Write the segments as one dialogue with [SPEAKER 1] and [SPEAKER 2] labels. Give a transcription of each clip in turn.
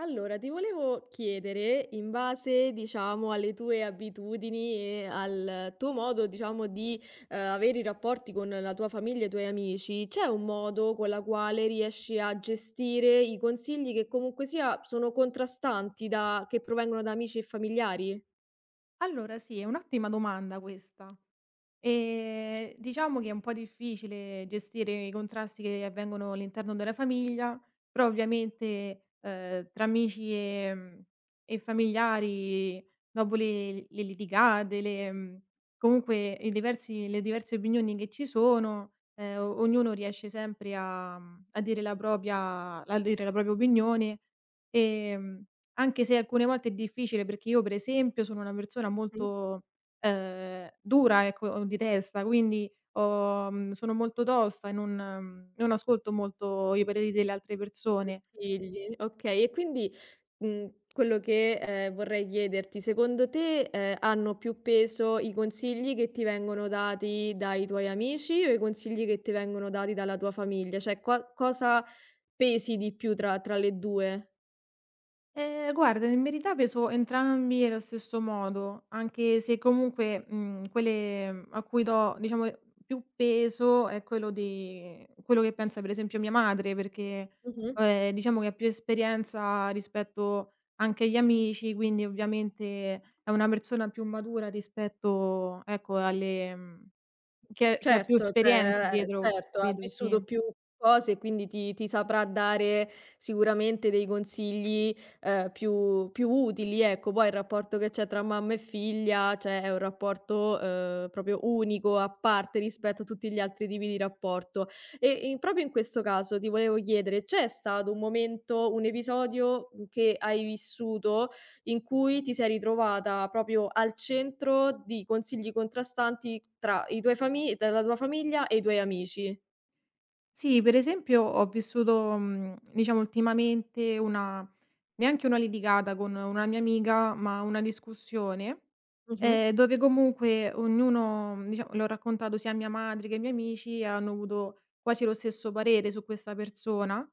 [SPEAKER 1] Allora, ti volevo chiedere, in base, diciamo, alle tue abitudini e al tuo modo, diciamo, di avere i rapporti con la tua famiglia e i tuoi amici, c'è un modo con la quale riesci a gestire i consigli che comunque sia sono contrastanti da, che provengono da amici e familiari?
[SPEAKER 2] Allora sì, è un'ottima domanda questa. Diciamo che è un po' difficile gestire i contrasti che avvengono all'interno della famiglia, però ovviamente, tra amici, e familiari dopo le litigate, comunque i diversi le diverse opinioni che ci sono, o ognuno riesce sempre a a dire la propria opinione, ehm, anche se alcune volte è difficile perché io per esempio sono una persona
[SPEAKER 1] Mhm.
[SPEAKER 2] molto dura ecco, di testa, quindi sono molto tosta e non ascolto molto i pareri delle altre persone.
[SPEAKER 1] Consigli, ok. E quindi quello che, vorrei chiederti, secondo te, hanno più peso i consigli che ti vengono dati dai tuoi amici o i consigli che ti vengono dati dalla tua famiglia? Cioè qua cosa pesi di più tra le 2?
[SPEAKER 2] Guarda, in verità peso entrambi allo stesso modo, anche se comunque, quelle a cui do, diciamo, più peso è quello che pensa per esempio mia madre, perché,
[SPEAKER 1] Mh-mh.
[SPEAKER 2] diciamo che ha più esperienza rispetto anche agli amici, quindi ovviamente è una persona più matura rispetto, ecco, che ha più
[SPEAKER 1] Certo,
[SPEAKER 2] esperienze
[SPEAKER 1] cioè
[SPEAKER 2] dietro,
[SPEAKER 1] certo, ha
[SPEAKER 2] capito? Sì.
[SPEAKER 1] vissuto più cose, quindi ti saprà dare sicuramente dei consigli, più utili, ecco. Poi il rapporto che c'è tra mamma e figlia, cioè è un rapporto, proprio unico, a parte rispetto a tutti gli altri tipi di rapporto. E in proprio in questo caso ti volevo chiedere: c'è stato un momento, un episodio, che hai vissuto in cui ti sei ritrovata proprio al centro di consigli contrastanti tra i tuoi fami tra la tua famiglia e i tuoi amici.
[SPEAKER 2] Sì, per esempio ho vissuto, diciamo ultimamente una neanche una litigata con una mia amica, ma una discussione,
[SPEAKER 1] Mh-mh.
[SPEAKER 2] dove comunque diciamo l'ho raccontato sia a mia madre che ai miei amici e hanno avuto quasi lo stesso parere su questa persona,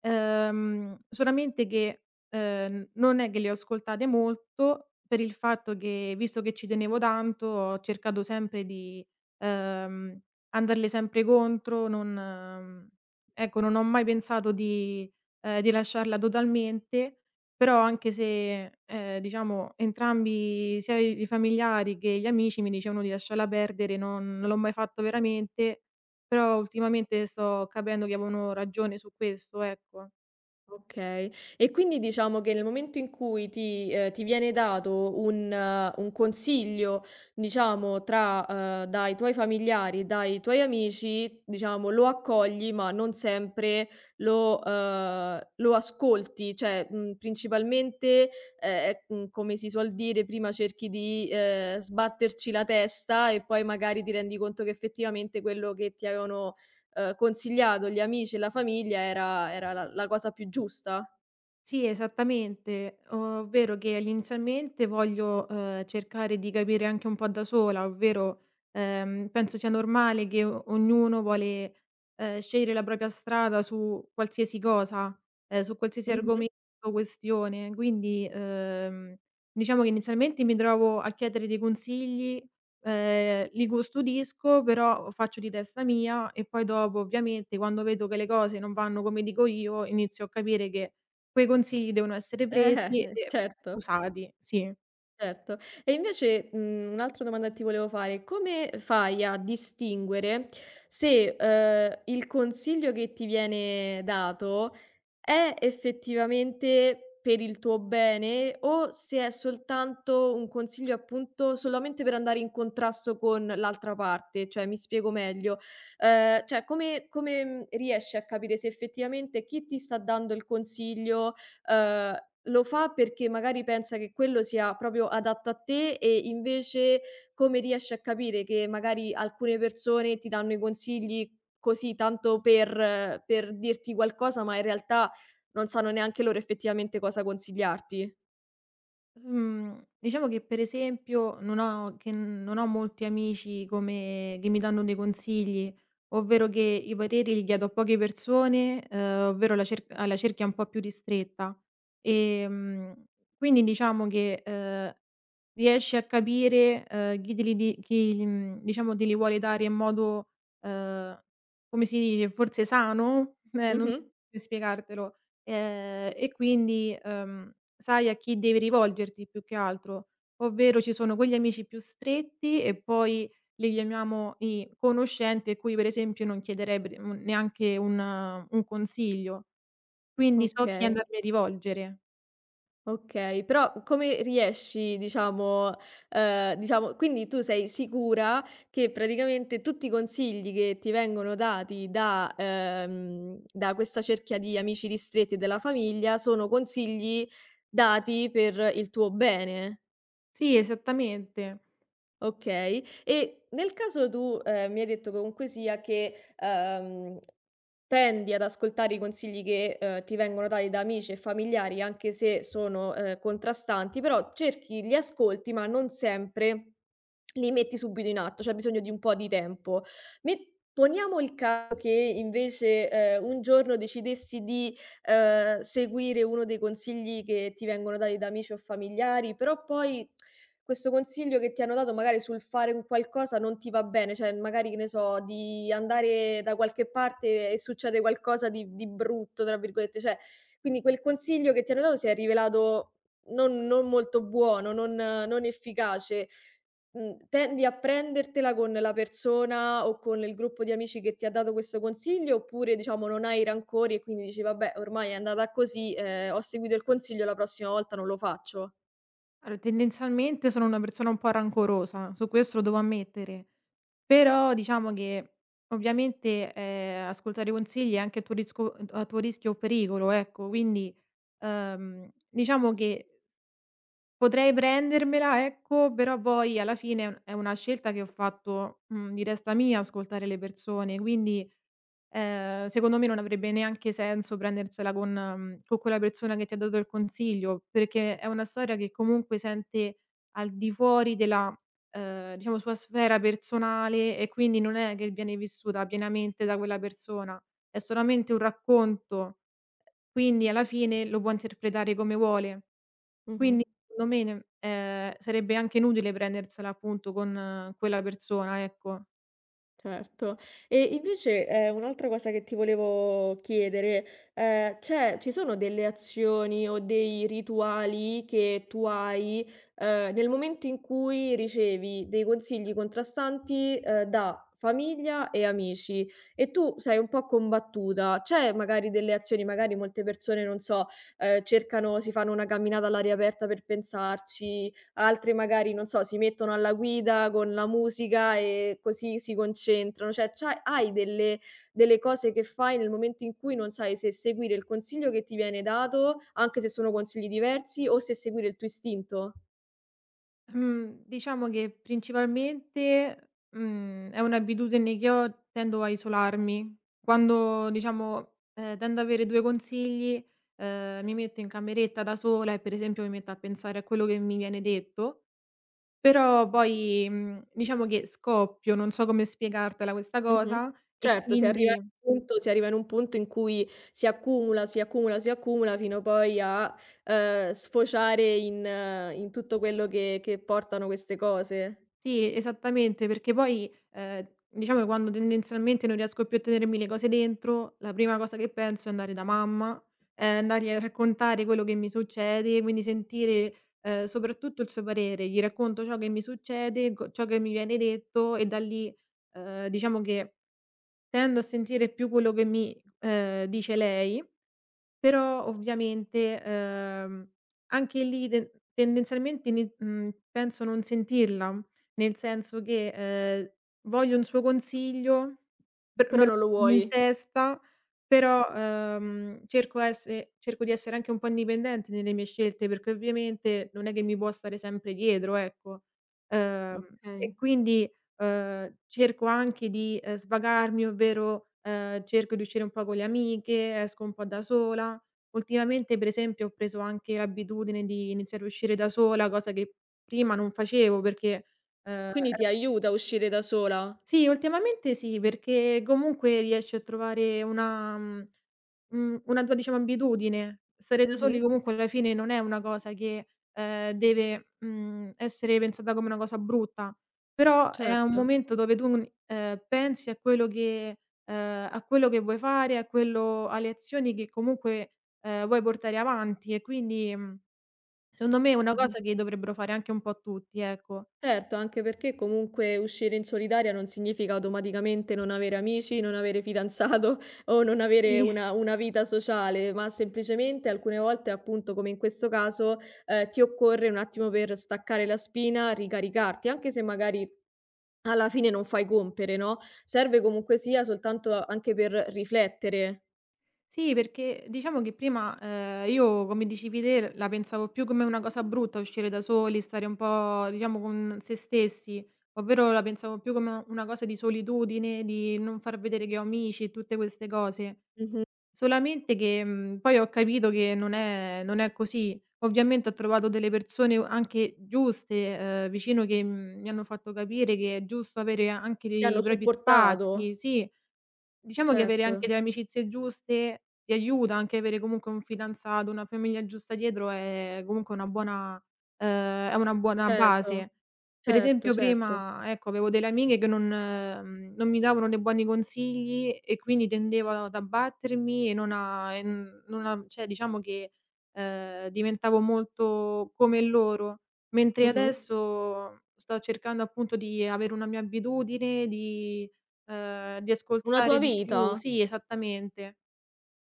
[SPEAKER 2] solamente che, non è che le ho ascoltate molto per il fatto che, visto che ci tenevo tanto, ho cercato sempre di, ehm andarle sempre contro, non mhmm, ecco, non ho mai pensato di lasciarla totalmente, però anche se, diciamo entrambi, sia i familiari che gli amici mi dicevano di lasciarla perdere, non l'ho mai fatto veramente, però ultimamente sto capendo che avevano ragione su questo, ecco.
[SPEAKER 1] Okay. E quindi diciamo che nel momento in cui ti ti viene dato un consiglio, diciamo tra dai tuoi familiari, dai tuoi amici, diciamo lo accogli, ma non sempre lo lo ascolti. Cioè, principalmente, è come si suol dire, prima cerchi di, sbatterci la testa e poi magari ti rendi conto che effettivamente quello che ti avevano consigliato gli amici e la famiglia era la cosa più giusta.
[SPEAKER 2] Sì, esattamente, ovvero che inizialmente voglio, cercare di capire anche un po' da sola, ovvero, penso sia normale che o ognuno vuole, scegliere la propria strada su qualsiasi cosa, su qualsiasi
[SPEAKER 1] Mh-mh.
[SPEAKER 2] argomento o questione. Quindi, diciamo che inizialmente mi trovo a chiedere dei consigli, li custodisco, però faccio di testa mia e poi dopo ovviamente quando vedo che le cose non vanno come dico io, inizio a capire che quei consigli devono essere presi e
[SPEAKER 1] Certo,
[SPEAKER 2] usati, sì.
[SPEAKER 1] certo. E invece, un'altra domanda che ti volevo fare: come fai a distinguere se, il consiglio che ti viene dato è effettivamente per il tuo bene o se è soltanto un consiglio, appunto, solamente per andare in contrasto con l'altra parte? Cioè, mi spiego meglio. Cioè come, riesci a capire se effettivamente chi ti sta dando il consiglio, ehm, lo fa perché magari pensa che quello sia proprio adatto a te e invece come riesci a capire che magari alcune persone ti danno i consigli così tanto per dirti qualcosa, ma in realtà non sanno neanche loro effettivamente cosa consigliarti.
[SPEAKER 2] Mhmm, diciamo che per esempio non ho molti amici come che mi danno dei consigli, ovvero che i pareri li chiedo a poche persone, ovvero la cer alla cerchia un po' più ristretta. Ehm, quindi diciamo che, riesci a capire, chi te li di chi, diciamo te li vuole dare in modo, uhm, come si dice, forse sano? Non so
[SPEAKER 1] Mh-mh.
[SPEAKER 2] come spiegartelo. E quindi, sai a chi devi rivolgerti più che altro, ovvero ci sono quegli amici più stretti e poi li chiamiamo i conoscenti a cui per esempio non chiederei per un neanche un consiglio. Quindi so chi
[SPEAKER 1] Okay,
[SPEAKER 2] andarmi a rivolgere.
[SPEAKER 1] okay. Però come riesci diciamo diciamo quindi tu sei sicura che praticamente tutti i consigli che ti vengono dati da da questa cerchia di amici ristretti e della famiglia sono consigli dati per il tuo bene?
[SPEAKER 2] Sì, esattamente.
[SPEAKER 1] Okay. E nel caso tu, mi hai detto comunque sia che, tendi ad ascoltare i consigli che, ti vengono dati da amici e familiari anche se sono, contrastanti, però cerchi li ascolti, ma non sempre li metti subito in atto, c'è bisogno di un po' di tempo. Met poniamo il caso che invece, un giorno decidessi di seguire uno dei consigli che ti vengono dati da amici o familiari, però poi questo consiglio che ti hanno dato magari sul fare un qualcosa non ti va bene, cioè magari, che ne so, di andare da qualche parte e succede qualcosa di "brutto" tra virgolette, cioè quindi quel consiglio che ti hanno dato si è rivelato non molto buono, non efficace. Tendi a prendertela con la persona o con il gruppo di amici che ti ha dato questo consiglio, oppure diciamo non hai rancori e quindi dici: "Vabbè ormai è andata così, ho seguito il consiglio, la prossima volta non lo faccio"?
[SPEAKER 2] Allora, tendenzialmente sono una persona un po' rancorosa, su questo lo devo ammettere, però diciamo che ovviamente, ascoltare i consigli è anche a tuo rischio o pericolo, ecco, quindi, diciamo che potrei prendermela, ecco, però poi alla fine è una scelta che ho fatto, di testa mia ascoltare le persone, quindi secondo me non avrebbe neanche senso prendersela con con quella persona che ti ha dato il consiglio, perché è una storia che comunque sente al di fuori della, diciamo sua sfera personale e quindi non è che viene vissuta pienamente da quella persona, è solamente un racconto, quindi alla fine lo può interpretare come vuole.
[SPEAKER 1] Mh-mh.
[SPEAKER 2] Quindi secondo me ne sarebbe anche inutile prendersela appunto con quella persona, ecco.
[SPEAKER 1] Certo. E invece, un'altra cosa che ti volevo chiedere, c'è ci sono delle azioni o dei rituali che tu hai, nel momento in cui ricevi dei consigli contrastanti, da famiglia e amici e tu sei un po' combattuta. C'è magari delle azioni magari molte persone, non so, cercano si fanno una camminata all'aria aperta per pensarci. Altri magari, non so, si mettono alla guida con la musica e così si concentrano. Cioè, c'ha hai delle cose che fai nel momento in cui non sai se seguire il consiglio che ti viene dato, anche se sono consigli diversi, o se seguire il tuo istinto.
[SPEAKER 2] Mhmm, diciamo che principalmente, è un'abitudine che ho, tendo a isolarmi. Quando diciamo, tendo ad avere 2 consigli, mi metto in cameretta da sola e per esempio mi metto a pensare a quello che mi viene detto, però poi, diciamo che scoppio, non so come spiegartela questa
[SPEAKER 1] Mh-mh.
[SPEAKER 2] cosa e
[SPEAKER 1] Certo,
[SPEAKER 2] quindi
[SPEAKER 1] si arriva in un punto in cui si accumula fino poi a, sfociare in tutto quello che portano queste cose.
[SPEAKER 2] sì, esattamente, perché poi, diciamo che quando tendenzialmente non riesco più a tenermi le cose dentro, la prima cosa che penso è andare da mamma, andargli a raccontare quello che mi succede, quindi sentire, soprattutto il suo parere. Gli racconto ciò che mi succede, co ciò che mi viene detto e da lì, diciamo che tendo a sentire più quello che mi, dice lei, però ovviamente, anche lì tendenzialmente penso non sentirla, nel senso che, voglio un suo consiglio, per
[SPEAKER 1] Però
[SPEAKER 2] me lo
[SPEAKER 1] non lo
[SPEAKER 2] metto in
[SPEAKER 1] vuoi.
[SPEAKER 2] testa, però, cerco di essere anche un po' indipendente nelle mie scelte, perché ovviamente non è che mi può stare sempre dietro, ecco. Ehm, e
[SPEAKER 1] Okay.
[SPEAKER 2] quindi cerco anche di, svagarmi, ovvero, cerco di uscire un po' con le amiche, esco un po' da sola. Ultimamente, per esempio, ho preso anche l'abitudine di iniziare a uscire da sola, cosa che prima non facevo perché, ehm,
[SPEAKER 1] Quindi ti
[SPEAKER 2] e
[SPEAKER 1] aiuta a uscire da sola?
[SPEAKER 2] sì, ultimamente sì, perché comunque riesci a trovare una una tua diciamo abitudine. Stare da
[SPEAKER 1] Mh-mh.
[SPEAKER 2] soli comunque alla fine non è una cosa che, deve, essere pensata come una cosa brutta, però è un
[SPEAKER 1] Certo.
[SPEAKER 2] momento dove tu n pensi a quello che vuoi fare, a quello alle azioni che comunque, vuoi portare avanti e quindi, secondo me è una
[SPEAKER 1] Mh-mh.
[SPEAKER 2] cosa che dovrebbero fare anche un po' tutti, ecco.
[SPEAKER 1] Certo, anche perché comunque uscire in solitaria non significa automaticamente non avere amici, non avere fidanzato o non avere
[SPEAKER 2] Sì.
[SPEAKER 1] una vita sociale, ma semplicemente alcune volte, appunto, come in questo caso, ti occorre un attimo per staccare la spina, ricaricarti, anche se magari alla fine non fai compere, no, serve comunque sia soltanto anche per riflettere.
[SPEAKER 2] Sì, perché diciamo che prima, io come dicevi te, la pensavo più come una cosa brutta uscire da soli, stare un po' diciamo con se stessi, ovvero la pensavo più come una cosa di solitudine, di non far vedere che ho amici e tutte queste cose.
[SPEAKER 1] Mh-mh.
[SPEAKER 2] Solamente che, poi ho capito che non è così. Ovviamente ho trovato delle persone anche giuste, vicino che, mi hanno fatto capire che è giusto avere anche
[SPEAKER 1] Ti
[SPEAKER 2] dei
[SPEAKER 1] hanno
[SPEAKER 2] propri
[SPEAKER 1] supportato.
[SPEAKER 2] spazi, sì. Diciamo che avere anche
[SPEAKER 1] Certo.
[SPEAKER 2] delle amicizie giuste ti aiuta, anche avere comunque un fidanzato, una famiglia giusta dietro è comunque una buona è una buona
[SPEAKER 1] Certo,
[SPEAKER 2] base. Per
[SPEAKER 1] certo,
[SPEAKER 2] esempio
[SPEAKER 1] certo.
[SPEAKER 2] prima, ecco, avevo delle amiche che non mi davano dei buoni consigli e quindi tendevo ad abbattermi e non a e n non a cioè diciamo che, diventavo molto come loro, mentre
[SPEAKER 1] Mh-mh.
[SPEAKER 2] adesso sto cercando appunto di avere una mia abitudine, di
[SPEAKER 1] Una
[SPEAKER 2] ascoltare
[SPEAKER 1] tua
[SPEAKER 2] di
[SPEAKER 1] vita?
[SPEAKER 2] più, sì, esattamente.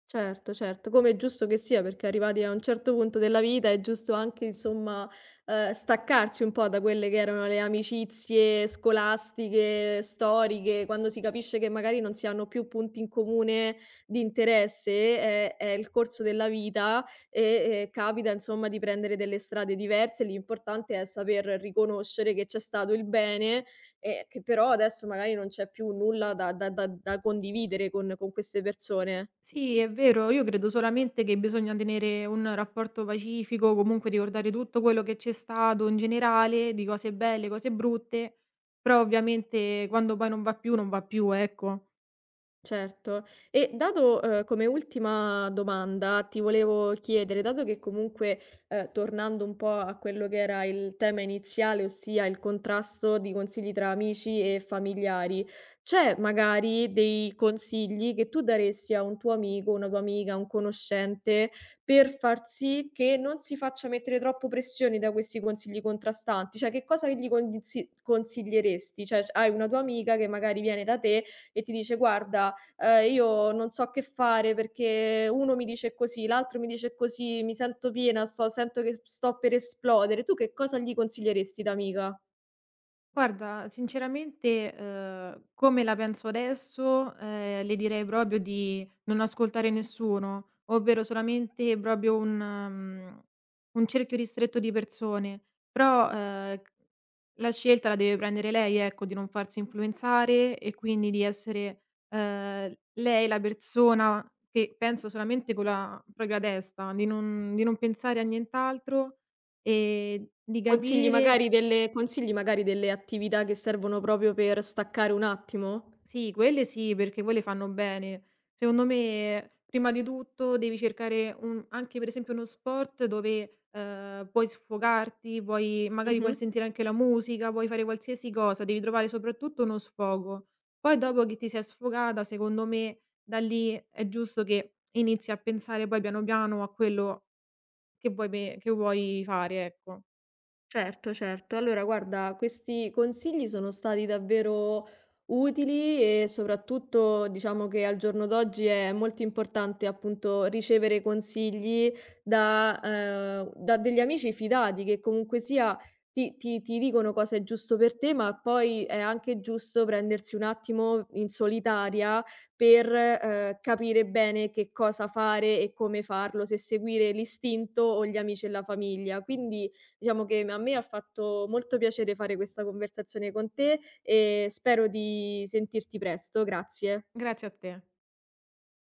[SPEAKER 1] Certo, certo, come è giusto che sia, perché arrivati a un certo punto della vita è giusto anche, insomma, staccarsi un po' da quelle che erano le amicizie scolastiche, storiche, quando si capisce che magari non si hanno più punti in comune di interesse, è il corso della vita e capita, insomma, di prendere delle strade diverse. L'importante è saper riconoscere che c'è stato il bene e che però adesso magari non c'è più nulla da condividere con queste persone.
[SPEAKER 2] Sì, è vero, io credo solamente che bisogna tenere un rapporto pacifico, comunque ricordare tutto quello che c'è stato in generale, di cose belle, cose brutte, però ovviamente quando poi non va più, non va più, ecco.
[SPEAKER 1] Certo. E dato, come ultima domanda, ti volevo chiedere, dato che comunque, tornando un po' a quello che era il tema iniziale, ossia il contrasto di consigli tra amici e familiari, c'è magari dei consigli che tu daresti a un tuo amico, una tua amica, un conoscente, per far sì che non si faccia mettere troppo pressioni da questi consigli contrastanti? Cioè, che cosa gli condinsi consiglieresti? Cioè, c hai una tua amica che magari viene da te e ti dice: "Guarda, io non so che fare perché uno mi dice così, l'altro mi dice così, mi sento piena, sto sento che s sto per esplodere. Tu che cosa gli consiglieresti da amica?
[SPEAKER 2] Guarda, sinceramente, come la penso adesso, le direi proprio di non ascoltare nessuno, ovvero solamente proprio un cerchio ristretto di persone. Però, c la scelta la deve prendere lei, ecco, di non farsi influenzare e quindi di essere, lei la persona che pensa solamente con la propria testa, di non pensare a nient'altro e di capire
[SPEAKER 1] Consigli magari delle attività che servono proprio per staccare un attimo?
[SPEAKER 2] sì, quelle sì, perché quelle fanno bene. Secondo me, prima di tutto devi cercare un anche per esempio uno sport dove, puoi sfogarti, puoi
[SPEAKER 1] Mh-mh.
[SPEAKER 2] sentire anche la musica, puoi fare qualsiasi cosa, devi trovare soprattutto uno sfogo. Poi dopo che ti sei sfogata, secondo me, da lì è giusto che inizi a pensare poi piano piano a quello che vuoi fare, ecco.
[SPEAKER 1] Certo, certo. Allora guarda, questi consigli sono stati davvero utili e soprattutto diciamo che al giorno d'oggi è molto importante appunto ricevere consigli da, da degli amici fidati che comunque sia ti, ti dicono cosa è giusto per te, ma poi è anche giusto prendersi un attimo in solitaria per capire bene che cosa fare e come farlo, se seguire l'istinto o gli amici e la famiglia. Quindi Diciamo che m a me ha fatto molto piacere fare questa conversazione con te e spero di sentirti presto. Grazie.
[SPEAKER 2] Grazie a te.